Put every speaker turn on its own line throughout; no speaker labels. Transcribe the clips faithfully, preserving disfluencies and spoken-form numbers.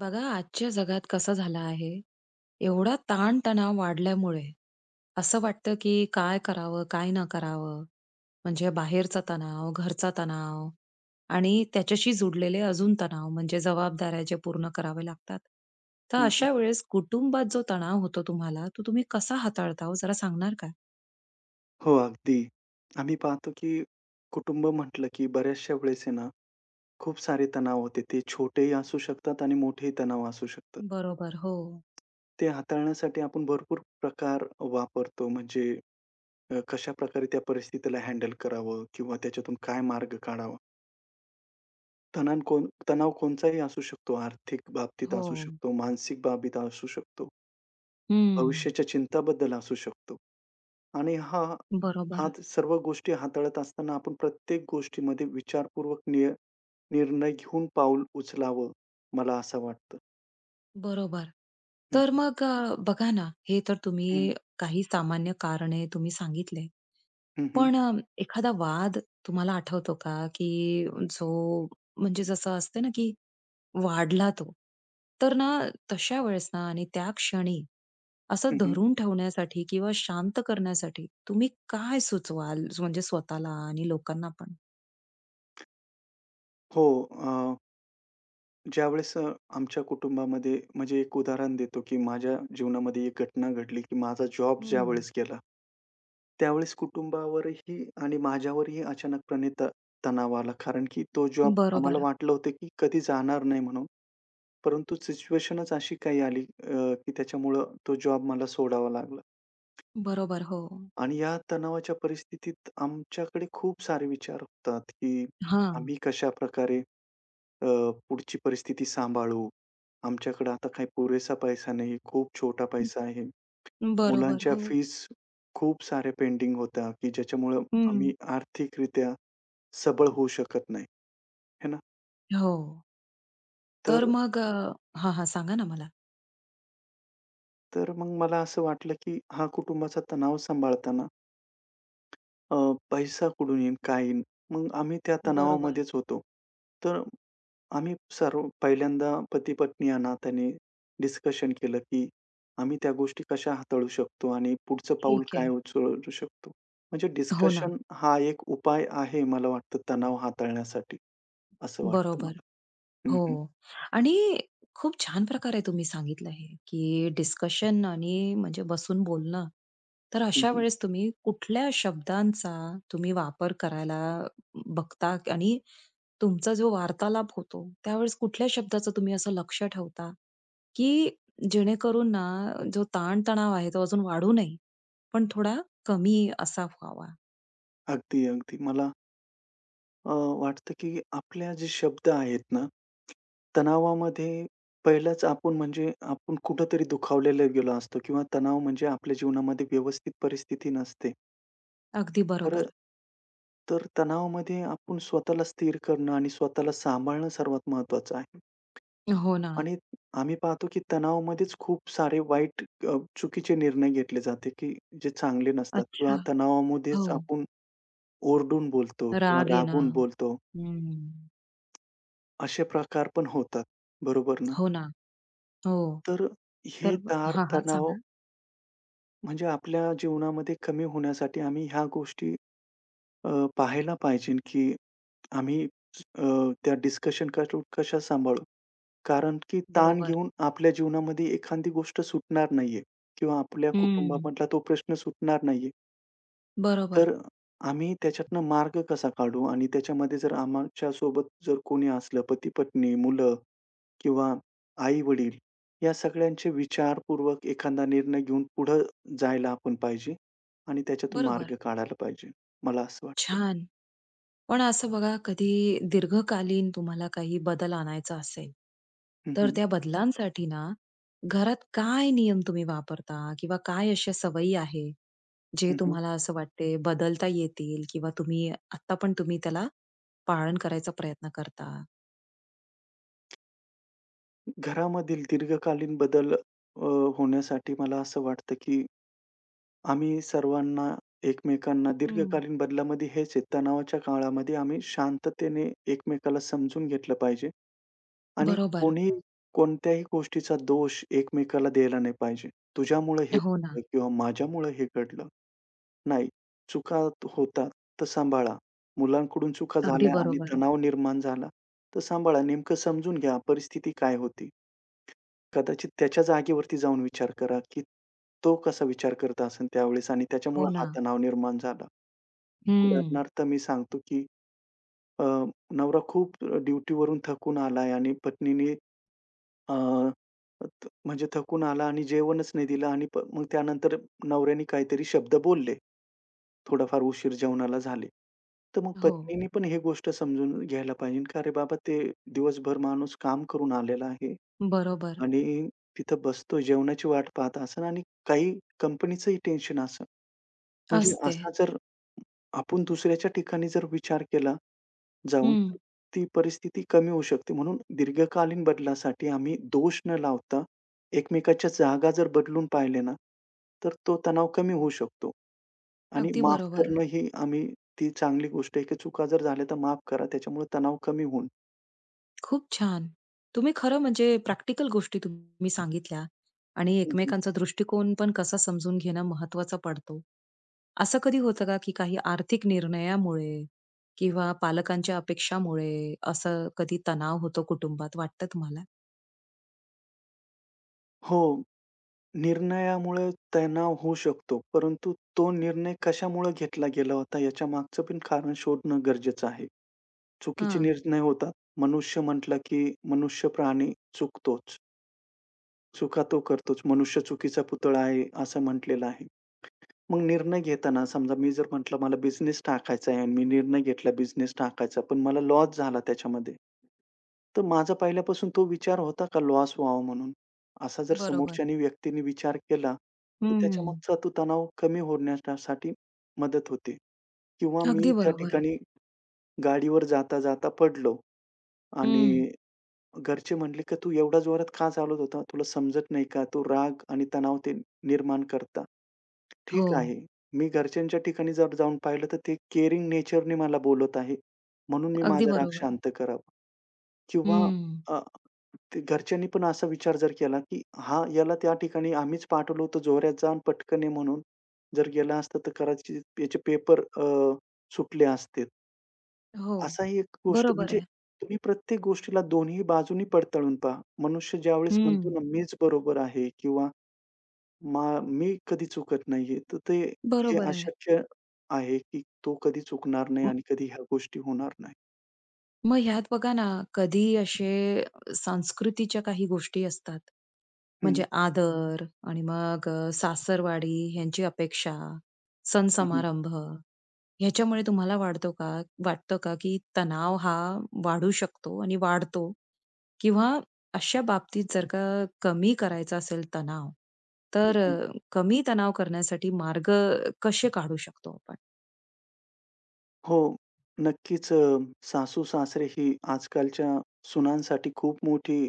बघा, आजच्या जगात कसं झालं आहे, एवढा ताणतणाव वाढल्यामुळे असं वाटतं की काय करावं, काय न करावं. म्हणजे बाहेरचा तणाव, घरचा तणाव आणि त्याच्याशी जुडलेले अजून तणाव म्हणजे जबाबदाऱ्या जे पूर्ण करावे लागतात. तर
हं, हं.
अशा वेळेस कुटुंबात जो तणाव होतो, तुम्हाला तो तुम्ही कसा हाताळता हो, जरा सांगणार का?
हो, अगदी. आम्ही पाहतो, की कुटुंब म्हटलं, की बऱ्याचशा वेळेस आहे ना, खूप सारे तणाव होते. ते छोटेही असू शकतात आणि मोठेही तणाव असू शकतात.
बरोबर हो.
ते हाताळण्यासाठी आपण भरपूर प्रकार वापरतो. म्हणजे अ, कशाप्रकारे त्या परिस्थितीला हँडल करावं किंवा त्याच्यातून काय मार्ग काढावा. तणाव कोण तणाव कोणचाही असू शकतो. आर्थिक बाबतीत
हो.
असू शकतो, मानसिक बाबतीत असू शकतो,
हम्म.
भविष्याच्या चिंताबद्दल असू शकतो. आणि हा हा
बरोबर.
सर्व गोष्टी हाताळत असताना आपण प्रत्येक गोष्टीमध्ये विचारपूर्वक निय निर्णय घेऊन पाऊल उचलावं, मला असं वाटतं.
बरोबर.
हं,
तर
हं.
मग अ, बघा ना, हे तर
हं,
तुम्ही काही सामान्य कारणे तुम्ही सांगितले.
हं, हं.
पण अ, एखादा वाद तुम्हाला आठवतो का, की जो म्हणजे जसं असते ना, की वाढला तो. तर ना, तशा वेळेस ना आणि त्या क्षणी असं धरून ठेवण्यासाठी किंवा शांत करण्यासाठी तुम्ही काय सुचवाल, म्हणजे स्वतःला आणि लोकांना पण?
हो. अ, ज्यावेळेस अ, आमच्या कुटुंबामध्ये म्हणजे एक उदाहरण देतो, की माझ्या जीवनामध्ये एक घटना घडली, की माझा जॉब
हं.
ज्यावेळेस गेला, त्यावेळेस कुटुंबावरही आणि माझ्यावरही अचानकपणे त तणाव आला. कारण की तो जॉब आम्हाला
बरोबर.
वाटलं होतं, की कधी जाणार नाही म्हणून. परंतु सिच्युएशनच अशी काही आली अ, की त्याच्यामुळं तो जॉब मला सोडावा लागला
बरोबर. हो.
आणि या तणावाच्या परिस्थितीत आमच्याकडे खूप सारे विचार होतात, की
हां.
आम्ही कशाप्रकारे अ, पुढची परिस्थिती सांभाळू? आमच्याकडे आता काही पुरेसा पैसा नाही, खूप छोटा पैसा आहे.
बरोबर.
मुलांच्या
हो.
फीस खूप साऱ्या पेंडिंग होत्या, की ज्याच्यामुळं आम्ही
हं.
आर्थिकरित्या सबळ होऊ शकत नाही, है ना?
हो. तर
तर
मग अ हां, हां. सांगा ना मला?
तर मग मला असं वाटलं, की हा कुटुंबाचा तणाव सांभाळताना अ, पैसा कुठून येईल, काय येईल? मग आम्ही त्या
बरोबर.
तणावामध्येच होतो. तर आम्ही सर्व पहिल्यांदा पती-पत्नी या नात्याने डिस्कशन केलं, की आम्ही त्या गोष्टी कशा हाताळू शकतो आणि पुढचं पाऊल
ठीक
काय
आहे.
उचलू शकतो. म्हणजे
हो ना.
डिस्कशन हा एक उपाय आहे मला वाटतं तणाव हाताळण्यासाठी, असं वाटतं
बरोबर.
मला. हं,
हो.
हं.
आणि खूप छान प्रकारे तुम्ही सांगितलं हे, की डिस्कशन आणि म्हणजे बसून बोलणं. तर
हं,
अशा वेळेस तुम्ही कुठल्या शब्दांचा तुम्ही वापर करायला बघता आणि तुमचा जो वार्तालाप होतो, त्यावेळेस कुठल्या शब्दाचं तुम्ही असं लक्ष ठेवता, की जेणेकरून ना जो ताण आहे तो अजून वाढू नये, पण थोडा कमी असा व्हावा?
अगदी, अगदी. मला अ, वाटतं की आपल्या जे शब्द आहेत ना, तणावामध्ये पहिलाच आपण म्हणजे आपण कुठेतरी दुखावलेला गेलो असतो किंवा तणाव म्हणजे आपल्या जीवनामध्ये व्यवस्थित परिस्थिती नसते.
अगदी
तर
बरोबर.
अ, तर तणावामध्ये आपण स्वतःला स्थिर करणं आणि स्वतःला सांभाळणं सर्वात महत्त्वाचं आहे.
हो ना.
आणि आम्ही पाहतो की तणावामध्येच खूप सारे वाईट अ, चुकीचे निर्णय घेतले जाते की जे चांगले नसतात किंवा
अच्छा. हो.
तणावामध्येच आपण ओरडून बोलतो किंवा
राग
रागून
येणं.
बोलतो.
हं.
असे प्रकार पण होतात. बरोबर ना?
हो ना. हो.
तर हे
तर
तार
हां, हां.
तणाव
सांगा.
म्हणजे आपल्या जीवनामध्ये कमी होण्यासाठी आम्ही ह्या गोष्टी अ, पाहायला पाहिजे, की आम्ही अ, त्या डिस्कशन करू कशा सांभाळू? कारण की ताण
बरोबर.
घेऊन आपल्या जीवनामध्ये एखादी गोष्ट सुटणार नाहीये किंवा आपल्या
हं.
कुटुंबामधला तो प्रश्न सुटणार नाहीये.
बरोबर,
तर आम्ही त्याच्यातनं मार्ग कसा काढू? आणि त्याच्यामध्ये जर आमच्या सोबत जर कोणी असलं पती-पत्नी, मुलं किंवा आई-वडील या सगळ्यांचे विचारपूर्वक एखादा निर्णय घेऊन पुढं जायला आपण पाहिजे आणि त्याच्यातून
बरोबर.
मार्ग काढायला पाहिजे. मला असं वाटतं.
छान. पण असं बघा कधी दीर्घकालीन तुम्हाला काही बदल आणायचा असेल,
हं,
तर
हं.
त्या बदलांसाठी ना घरात काय नियम तुम्ही वापरता किंवा काय अशा सवयी आहे, जे तुम्हाला असं वाटते बदलता येतील किंवा तुम्ही आत्ता पण तुम्ही त्याला पालन करायचा प्रयत्न करता?
घरामधील दीर्घकालीन बदल अ, होण्यासाठी मला असं वाटतं, की आम्ही सर्वांना एकमेकांना
हं.
दीर्घकालीन बदलामध्ये हेच आहे, तणावाच्या काळामध्ये आम्ही शांततेने एकमेकाला समजून घेतलं पाहिजे. आणि
बरोबर.
कोणी कोणत्याही गोष्टीचा दोष एकमेकाला द्यायला नाही पाहिजे. तुझ्यामुळे हे
हो ना.
घडलं किंवा माझ्यामुळे हे घडलं. नाही, चुका होतात तर सांभाळा. मुलांकडून चुका
अगदी
झाल्या आणि हं.
बरोबर.
तणाव निर्माण झाला, तर सांभाळा. नेमकं समजून घ्या परिस्थिती काय होती. कदाचित त्याच्या जागेवरती जाऊन विचार करा, की तो कसा विचार करत असेल त्यावेळेस आणि
हो
त्याच्यामुळे हा
ना.
तणाव निर्माण झाला.
हं.
उदाहरणार्थ मी सांगतो, की अ, नवरा खूप ड्युटीवरून थकून आलाय आणि पत्नीने अ, त म्हणजे थकून आला आणि जेवणच नाही दिलं आणि प मग त्यानंतर नवऱ्याने काहीतरी शब्द बोलले. थोडाफार उशीर जेवणाला झाले. तर मग
हो.
पत्नीने पण ही गोष्ट समजून घ्यायला पाहिजे, का "अरे बाबा, ते दिवसभर माणूस काम करून आलेला आहे
बरोबर.
आणि तिथं बसतो, जेवणाची वाट पाहत असेल आणि काही कंपनीचंही टेन्शन असेल. म्हणजे
असते.
असा जर आपण दुसऱ्याच्या ठिकाणी जर विचार केला जाऊन,
हं.
तर ती परिस्थिती कमी होऊ शकते. म्हणून दीर्घकालीन बदलासाठी आम्ही दोष न लावता एकमेकाच्या जागा जर बदलून पाहिले ना, तर तो तणाव कमी होऊ शकतो. आणि
अगदी
माफ
बरोबर.
करणं ही आम्ही ती चांगली गोष्ट आहे, की चुका जर झाल्या तर माफ करा. त्याच्यामुळे तणाव कमी होईल.
खूप छान. तुम्ही खरं म्हणजे प्रॅक्टिकल गोष्टी तुम्ही सांगितल्या आणि
हं, हं.
एकमेकांचा दृष्टिकोन पण कसा समजून घेणं महत्वाचा पडतो. असं कधी होतं का, की काही आर्थिक निर्णयामुळे किंवा पालकांच्या अपेक्षामुळे असं कधी तणाव होतो कुटुंबात, वाटतं तुम्हाला?
हो, निर्णयामुळे तणाव होऊ शकतो, परंतु तो निर्णय कशामुळे घेतला गेला होता याच्या मागचं पण कारण शोधणं गरजेचं आहे. चुकीचे
हां.
निर्णय होतात. मनुष्य म्हटलं, की मनुष्य प्राणी चुकतोच. चुका तो करतोच. मनुष्य चुकीचा पुतळा आहे, असं म्हटलेलं आहे. मग निर्णय घेताना समजा मी जर म्हटलं मला बिझनेस टाकायचा आहे आणि मी निर्णय घेतला बिझनेस टाकायचा, पण मला लॉस झाला त्याच्यामध्ये. तर माझा पहिल्यापासून तो विचार होता का लॉस व्हावा म्हणून? असा जर
बरोबर.
समोरच्यानी व्यक्तीने विचार केला, तर
हं.
त्याच्यामागचा तो तणाव कमी होण्यासाठी मदत होते. किंवा मी
अगदी
त्या
बरोबर.
ठिकाणी गाडीवर जाता-जाता पडलो
हं.
आणि घरचे म्हटले, "का तू एवढ्या जोरात का चालवत होता? तुला समजत नाही का? तो राग आणि तणाव ते निर्माण करता."
हो.
ठीक आहे. मी घरच्यांच्या ठिकाणी जर जाऊन पाहिलं तर ते केअरिंग नेचरने मला बोलत आहे. म्हणून मी
अगदी
माझा हं. राग
बरोबर.
शांत करावा किंवा
हं.
अ, ते घरच्यांनी पण असा विचार जर केला, की हा याला त्या ठिकाणी आम्हीच पाठवलं होतं जोऱ्यात जा पटकन ये म्हणून. जर गेला असता तर कदाचित याचे पेपर अ, सुटले असते.
हो,
असाही एक गोष्ट
बरोबर
म्हणजे
आहे.
तुम्ही प्रत्येक गोष्टीला दोन्ही बाजूंनी पडताळून पहा. मनुष्य ज्यावेळेस
हं.
म्हणतो ना, मीच बरोबर आहे किंवा मा मी कधी चुकत नाहीये. तर ते हे
बरोबर आहे.
अशक्य आहे, की तो कधी चुकणार नाही
म
आणि कधी ह्या गोष्टी होणार नाही.
मग ह्यात बघा ना, कधी असे संस्कृतीच्या काही गोष्टी असतात.
हं,
म्हणजे आदर आणि मग अ, सासरवाडी ह्यांची अपेक्षा, सण
हं, हं,
समारंभ, ह्याच्यामुळे तुम्हाला वाटतो का, वाटतं का, की तणाव हा वाढू शकतो आणि वाढतो? किंवा अशा बाबतीत जर का कमी करायचा असेल तणाव,
हं,
तर
हं.
अ, कमी तणाव करण्यासाठी मार्ग अ, कसे काढू शकतो आपण?
हो, नक्कीच सासू-सासरे ही आजकालच्या सुनांसाठी खूप मोठी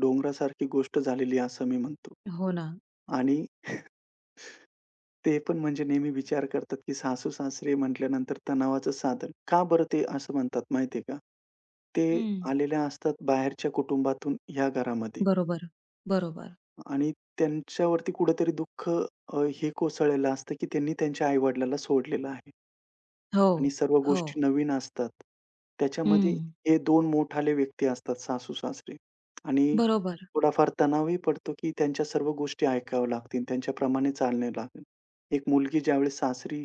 डोंगरासारखी गोष्ट झालेली आहे असं मी म्हणतो
हो ना.
आणि ते पण म्हणजे नेहमी विचार करतात, की सासू-सासरे म्हटल्यानंतर तणावाचं साधन. का बरं ते असं म्हणतात माहिती आहे का? ते
हं.
आलेल्या असतात बाहेरच्या कुटुंबातून ह्या घरामध्ये
बरोबर, बरोबर.
आणि त्यांच्यावरती कुठेतरी दुःख अ, हे कोसळलेलं असतं, की त्यांनी त्यांच्या आई सोडलेलं आहे.
हो,
आणि सर्व
हो.
गोष्टी नवीन असतात. त्याच्यामध्ये
हं.
हे दोन मोठाले व्यक्ती असतात सासू-सासरे आणि
बरोबर,
थोडाफार तणावही पडतो, की त्यांच्या सर्व गोष्टी ऐकाव्या लागतील, त्यांच्याप्रमाणे चालणे लागेल. एक मुलगी ज्यावेळेस सासरी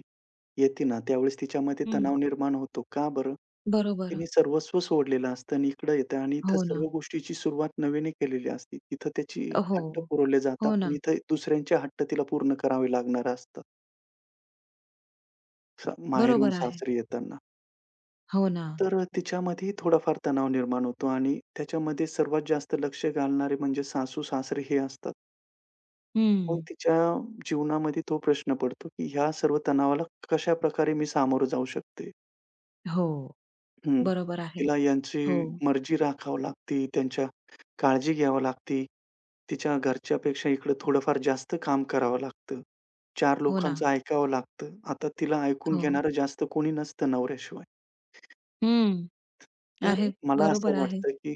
येते ना, त्यावेळेस तिच्यामध्ये
हं.
तणाव निर्माण होतो. का बरं?
बरोबर.
तिने सर्वस्व सोडलेलं असतं आणि इकडं येते आणि इथं
हो ना.
सर्व गोष्टीची सुरुवात नव्याने केलेली असते. तिथं त्याची
हो,
हट्ट पुरवले जातात,
हो ना.
पण इथं दुसऱ्यांचे हट्ट तिला पूर्ण करावे लागणार असतात, स माहेरून
बरोबर आहे.
सासरी येताना.
हो ना.
तर अ, तिच्यामध्ये थोडाफार तणाव निर्माण होतो आणि त्याच्यामध्ये सर्वात जास्त लक्ष घालणारे म्हणजे सासू-सासरे हे असतात. मग
हं.
तिच्या जीवनामध्ये तो प्रश्न पडतो, की ह्या सर्व तणावाला कशाप्रकारे मी सामोरं जाऊ शकते?
हो,
हं.
बरोबर आहे.
तिला यांची
हो,
मर्जी राखावी लागते, त्यांच्या काळजी घ्यावी लागते. तिच्या घरच्यापेक्षा इकडं थोडंफार जास्त काम करावं लागतं. चार
हो ना.
लोकांचं ऐकावं लागतं. आता तिला ऐकून
हो.
घेणारं जास्त कोणी नसतं नवऱ्याशिवाय.
हं.
तर
आहे.
मला
बरोबर
असं
आहे.
वाटतं, की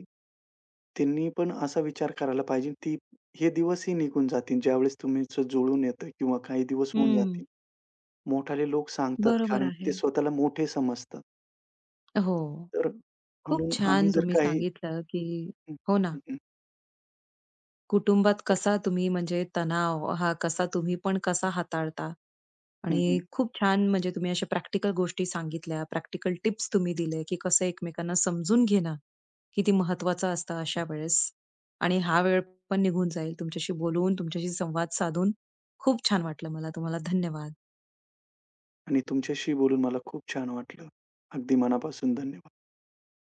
त्यांनी पण असा विचार करायला पाहिजे, की हे दिवसही निघून जातील, ज्यावेळेस तुमचं जुळून येतं किंवा काही दिवस होऊन
हं.
जातील. मोठाले लोक सांगतात,
बरोबर
कारण की ते
आहे.
स्वतःला मोठे समजतात.
हो.
तर
खूप
म्हणून आम्ही
छान
जर
तुम्ही
काही
सांगितलं, की
हं,
हो ना,
हं, हं,
कुटुंबात
तर
कसा तुम्ही म्हणजे तणाव हा कसा तुम्ही पण कसा हाताळता
हं,
आणि
हं.
खूप छान म्हणजे तुम्ही अशा प्रॅक्टिकल गोष्टी सांगितल्या, प्रॅक्टिकल टिप्स तुम्ही दिले, की कसं एकमेकांना समजून घेणं किती महत्वाचं असतं अशा वेळेस. आणि हा वेळ पण निघून जाईल. तुमच्याशी बोलून, तुमच्याशी संवाद साधून खूप छान वाटलं मला. तुम्हाला धन्यवाद.
आणि तुमच्याशी बोलून मला खूप छान वाटलं. अगदी मनापासून धन्यवाद.